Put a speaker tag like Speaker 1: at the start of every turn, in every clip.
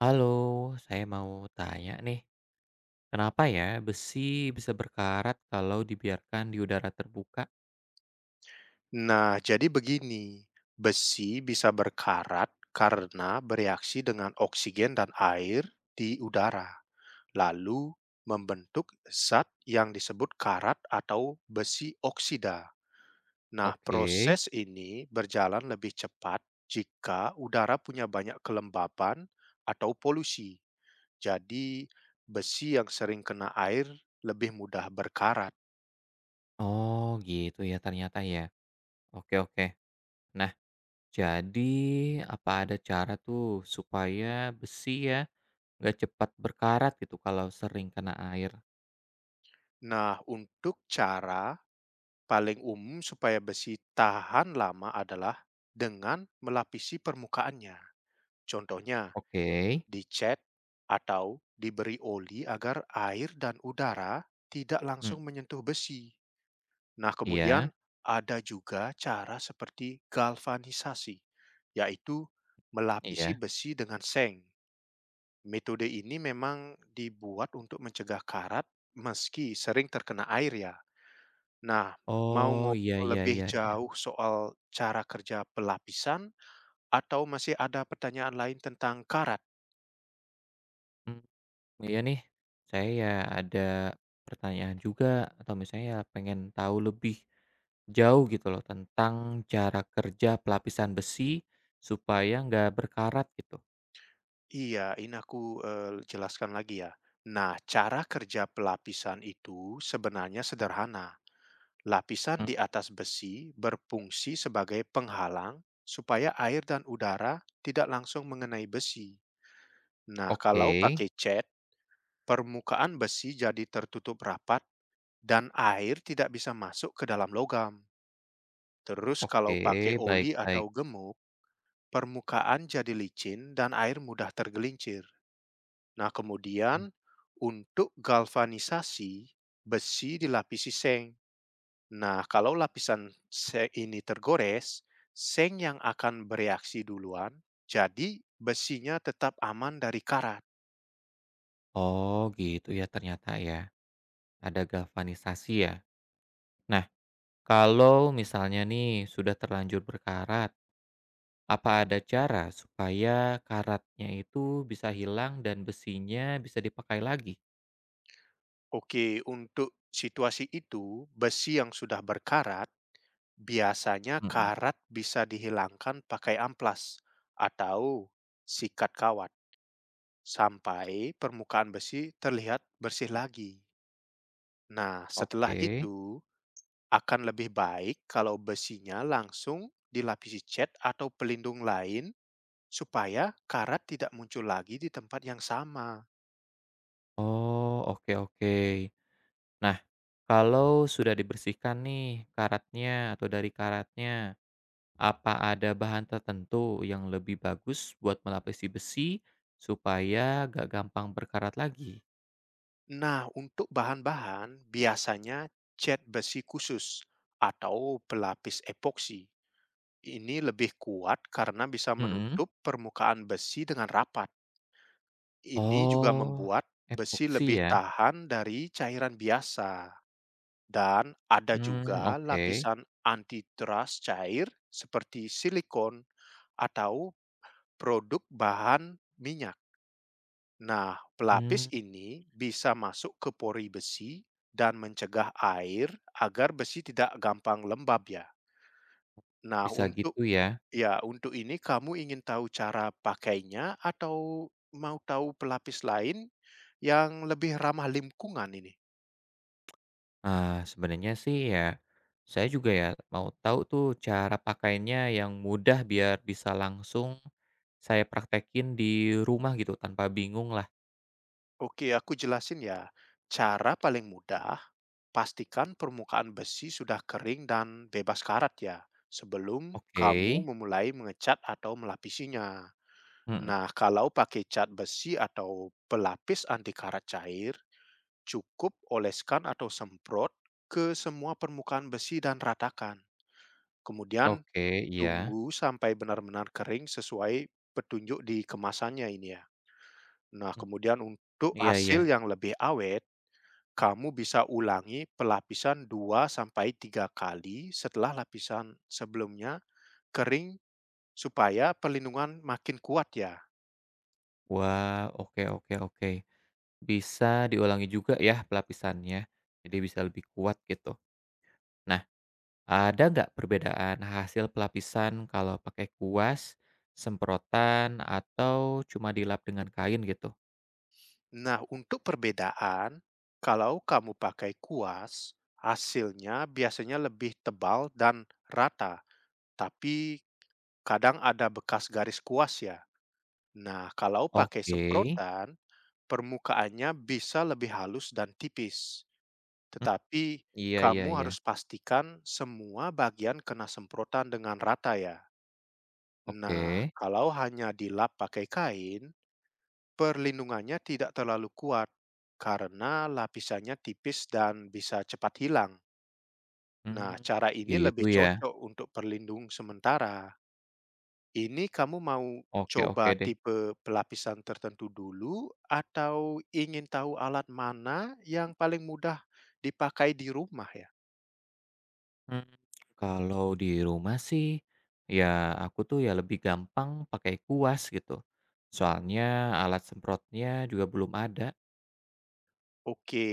Speaker 1: Halo, saya mau tanya nih, kenapa ya besi bisa berkarat kalau dibiarkan di udara terbuka?
Speaker 2: Nah, jadi begini, besi bisa berkarat karena bereaksi dengan oksigen dan air di udara, lalu membentuk zat yang disebut karat atau besi oksida. Nah,
Speaker 1: Oke.
Speaker 2: proses ini berjalan lebih cepat jika udara punya banyak kelembapan atau polusi. Jadi, besi yang sering kena air lebih mudah berkarat.
Speaker 1: Oh, gitu ya ternyata ya. Oke, oke. Nah, jadi apa ada cara tuh supaya besi ya nggak cepat berkarat gitu kalau sering kena air?
Speaker 2: Nah, untuk cara paling umum supaya besi tahan lama adalah dengan melapisi permukaannya. Contohnya,
Speaker 1: Oke.
Speaker 2: dicat atau diberi oli agar air dan udara tidak
Speaker 1: Hmm,
Speaker 2: langsung menyentuh besi. Nah, kemudian
Speaker 1: iya,
Speaker 2: ada juga cara seperti galvanisasi, yaitu melapisi
Speaker 1: iya.
Speaker 2: besi dengan seng. Metode ini memang dibuat untuk mencegah karat meski sering terkena air ya. Nah, mau
Speaker 1: Oh, iya,
Speaker 2: ngobrol
Speaker 1: iya,
Speaker 2: lebih
Speaker 1: iya, iya.
Speaker 2: jauh soal cara kerja pelapisan atau masih ada pertanyaan lain tentang karat?
Speaker 1: Hmm. Iya nih, saya ya ada pertanyaan juga atau misalnya ya pengen tahu lebih jauh gitu loh tentang cara kerja pelapisan besi supaya nggak berkarat gitu.
Speaker 2: Iya, ini aku, jelaskan lagi ya. Nah, cara kerja pelapisan itu sebenarnya sederhana. Lapisan
Speaker 1: Hmm.
Speaker 2: di atas besi berfungsi sebagai penghalang supaya air dan udara tidak langsung mengenai besi. Nah,
Speaker 1: Oke,
Speaker 2: kalau pakai cat, permukaan besi jadi tertutup rapat dan air tidak bisa masuk ke dalam logam. Terus kalau
Speaker 1: oke,
Speaker 2: pakai oli
Speaker 1: baik-baik.
Speaker 2: atau gemuk, permukaan jadi licin dan air mudah tergelincir. Nah,
Speaker 1: Hmm.
Speaker 2: kemudian untuk galvanisasi, besi dilapisi seng. Nah, kalau lapisan seng ini tergores, seng yang akan bereaksi duluan, jadi besinya tetap aman dari karat.
Speaker 1: Oh, gitu ya ternyata ya, ada galvanisasi ya. Nah, kalau misalnya nih sudah terlanjur berkarat, apa ada cara supaya karatnya itu bisa hilang dan besinya bisa dipakai lagi?
Speaker 2: Oke, untuk situasi itu, besi yang sudah berkarat biasanya karat bisa dihilangkan pakai amplas atau sikat kawat sampai permukaan besi terlihat bersih lagi. Nah, setelah
Speaker 1: Oke.
Speaker 2: itu akan lebih baik kalau besinya langsung dilapisi cat atau pelindung lain supaya karat tidak muncul lagi di tempat yang sama.
Speaker 1: Oh, oke oke. Nah, kalau sudah dibersihkan nih karatnya atau dari karatnya, apa ada bahan tertentu yang lebih bagus buat melapisi besi supaya gak gampang berkarat lagi?
Speaker 2: Nah, untuk bahan-bahan biasanya cat besi khusus atau pelapis epoksi ini lebih kuat karena bisa
Speaker 1: Mhm.
Speaker 2: menutup permukaan besi dengan rapat. Ini juga
Speaker 1: Oh,
Speaker 2: membuat besi
Speaker 1: epoksi
Speaker 2: lebih
Speaker 1: ya?
Speaker 2: tahan dari cairan biasa. Dan ada
Speaker 1: Hmm,
Speaker 2: juga
Speaker 1: oke.
Speaker 2: lapisan anti-trust cair seperti silikon atau produk bahan minyak. Nah, pelapis
Speaker 1: Hmm,
Speaker 2: ini bisa masuk ke pori besi dan mencegah air agar besi tidak gampang lembab ya. Nah,
Speaker 1: bisa
Speaker 2: untuk
Speaker 1: gitu ya?
Speaker 2: Ya, untuk ini kamu ingin tahu cara pakainya atau mau tahu pelapis lain yang lebih ramah lingkungan ini?
Speaker 1: Ah, sebenarnya sih ya, saya juga ya mau tahu tuh cara pakainya yang mudah biar bisa langsung saya praktekin di rumah gitu tanpa bingung lah.
Speaker 2: Oke, aku jelasin ya. Cara paling mudah, pastikan permukaan besi sudah kering dan bebas karat ya, sebelum
Speaker 1: Oke,
Speaker 2: kamu memulai mengecat atau melapisinya.
Speaker 1: mhm,
Speaker 2: Nah, kalau pakai cat besi atau pelapis anti karat cair, cukup oleskan atau semprot ke semua permukaan besi dan ratakan. Kemudian
Speaker 1: oke, iya.
Speaker 2: tunggu sampai benar-benar kering sesuai petunjuk di kemasannya ini ya. Nah,
Speaker 1: Mmm,
Speaker 2: kemudian untuk
Speaker 1: iya iya.
Speaker 2: hasil yang lebih awet, kamu bisa ulangi pelapisan 2 sampai 3 kali setelah lapisan sebelumnya kering supaya perlindungan makin kuat ya.
Speaker 1: Wah, oke oke oke. Bisa diulangi juga ya pelapisannya, jadi bisa lebih kuat gitu. Nah, ada nggak perbedaan hasil pelapisan kalau pakai kuas, semprotan, atau cuma dilap dengan kain gitu?
Speaker 2: Nah, untuk perbedaan, kalau kamu pakai kuas, hasilnya biasanya lebih tebal dan rata, tapi kadang ada bekas garis kuas ya. Nah, kalau pakai
Speaker 1: Oke,
Speaker 2: semprotan, permukaannya bisa lebih halus dan tipis.
Speaker 1: mmm,
Speaker 2: Tetapi
Speaker 1: iya iya
Speaker 2: kamu
Speaker 1: iya,
Speaker 2: harus pastikan semua bagian kena semprotan dengan rata ya. Nah,
Speaker 1: oke,
Speaker 2: kalau hanya dilap pakai kain, perlindungannya tidak terlalu kuat karena lapisannya tipis dan bisa cepat hilang. Nah,
Speaker 1: mmm,
Speaker 2: cara ini
Speaker 1: gitu
Speaker 2: lebih
Speaker 1: ya?
Speaker 2: cocok untuk perlindung sementara. Ini kamu mau
Speaker 1: Oke
Speaker 2: coba
Speaker 1: oke deh.
Speaker 2: tipe pelapisan tertentu dulu atau ingin tahu alat mana yang paling mudah dipakai di rumah ya?
Speaker 1: Mmm, kalau di rumah sih, ya aku tuh ya lebih gampang pakai kuas gitu. Soalnya alat semprotnya juga belum ada.
Speaker 2: Oke,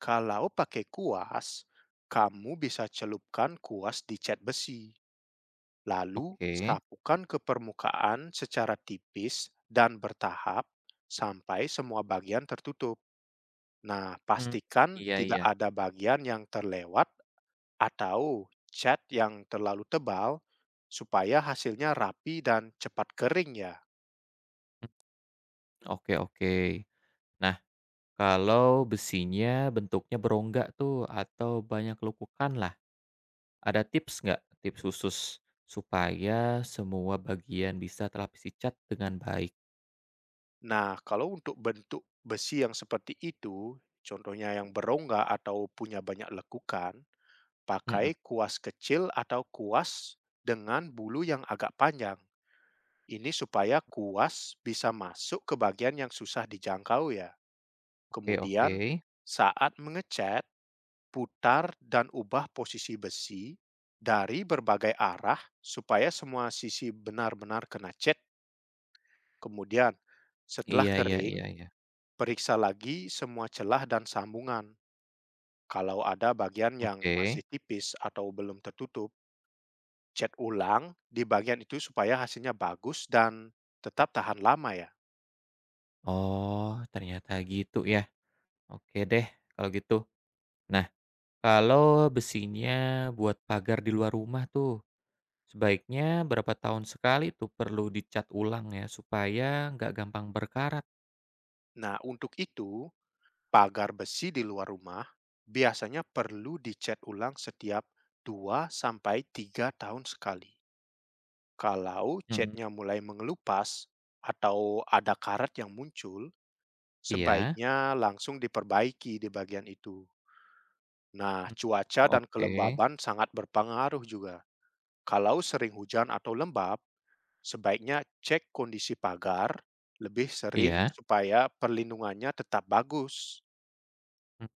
Speaker 2: kalau pakai kuas, kamu bisa celupkan kuas di cat besi, lalu
Speaker 1: Oke.
Speaker 2: sapukan ke permukaan secara tipis dan bertahap sampai semua bagian tertutup. Nah,
Speaker 1: Mmm,
Speaker 2: pastikan
Speaker 1: iya
Speaker 2: tidak
Speaker 1: iya.
Speaker 2: ada bagian yang terlewat atau cat yang terlalu tebal supaya hasilnya rapi dan cepat kering ya.
Speaker 1: Mmm, oke oke. Nah, kalau besinya bentuknya berongga tuh atau banyak lekukan lah, ada tips nggak, tips khusus supaya semua bagian bisa terlapisi cat dengan baik?
Speaker 2: Nah, kalau untuk bentuk besi yang seperti itu, contohnya yang berongga atau punya banyak lekukan,
Speaker 1: Mhm,
Speaker 2: pakai kuas kecil atau kuas dengan bulu yang agak panjang. Ini supaya kuas bisa masuk ke bagian yang susah dijangkau ya.
Speaker 1: oke oke.
Speaker 2: Kemudian saat mengecat, putar dan ubah posisi besi dari berbagai arah supaya semua sisi benar-benar kena cat. Kemudian, setelah
Speaker 1: Iya iya iya
Speaker 2: kering,
Speaker 1: iya.
Speaker 2: periksa lagi semua celah dan sambungan. Kalau ada bagian yang
Speaker 1: Oke.
Speaker 2: masih tipis atau belum tertutup, cat ulang di bagian itu supaya hasilnya bagus dan tetap tahan lama ya.
Speaker 1: Oh, ternyata gitu ya. Oke deh kalau gitu. Nah, kalau besinya buat pagar di luar rumah tuh, sebaiknya berapa tahun sekali tuh perlu dicat ulang ya supaya nggak gampang berkarat?
Speaker 2: Nah, untuk itu, pagar besi di luar rumah biasanya perlu dicat ulang setiap 2 sampai 3 tahun sekali. Kalau
Speaker 1: Mhm.
Speaker 2: catnya mulai mengelupas atau ada karat yang muncul,
Speaker 1: Iya.
Speaker 2: sebaiknya langsung diperbaiki di bagian itu. Nah,
Speaker 1: Mhm.
Speaker 2: cuaca dan
Speaker 1: Oke.
Speaker 2: kelembaban sangat berpengaruh juga. Kalau sering hujan atau lembab, sebaiknya cek kondisi pagar lebih sering
Speaker 1: Iya.
Speaker 2: supaya perlindungannya tetap bagus.
Speaker 1: Mhm.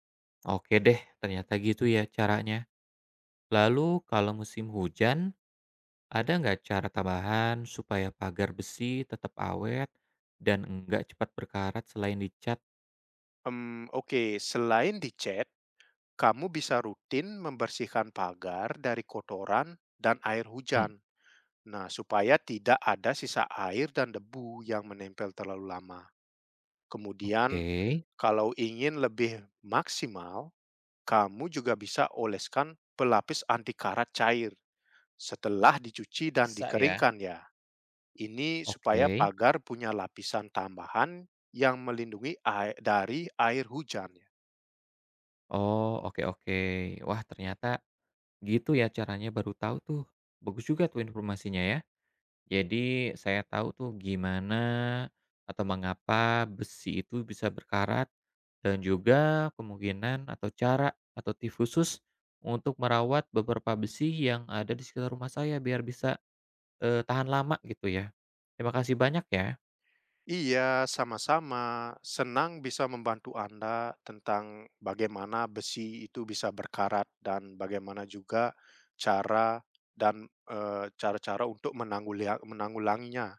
Speaker 1: Oke deh, ternyata gitu ya caranya. Lalu kalau musim hujan, ada nggak cara tambahan supaya pagar besi tetap awet dan nggak cepat berkarat selain dicat?
Speaker 2: Oke, selain dicat, kamu bisa rutin membersihkan pagar dari kotoran dan air
Speaker 1: Mhm.
Speaker 2: hujan. Nah, supaya tidak ada sisa air dan debu yang menempel terlalu lama.
Speaker 1: Oke.
Speaker 2: Kemudian, kalau ingin lebih maksimal, kamu juga bisa oleskan pelapis anti karat cair setelah dicuci dan
Speaker 1: Bisa ya.
Speaker 2: dikeringkan ya. Ini supaya
Speaker 1: Oke.
Speaker 2: pagar punya lapisan tambahan yang melindungi air, dari air hujan.
Speaker 1: Oh, oke oke. Wah, ternyata gitu ya caranya, baru tahu tuh. Bagus juga tuh informasinya ya. Jadi saya tahu tuh gimana atau mengapa besi itu bisa berkarat dan juga kemungkinan atau cara atau tip khusus untuk merawat beberapa besi yang ada di sekitar rumah saya biar bisa, tahan lama gitu ya. Terima kasih banyak ya.
Speaker 2: Iya, sama-sama. Senang bisa membantu Anda tentang bagaimana besi itu bisa berkarat dan bagaimana juga cara dan eh, cara-cara untuk menanggulanginya.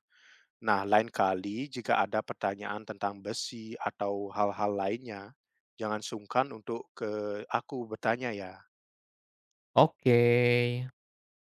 Speaker 2: Nah, lain kali jika ada pertanyaan tentang besi atau hal-hal lainnya, jangan sungkan untuk ke aku bertanya ya.
Speaker 1: Oke.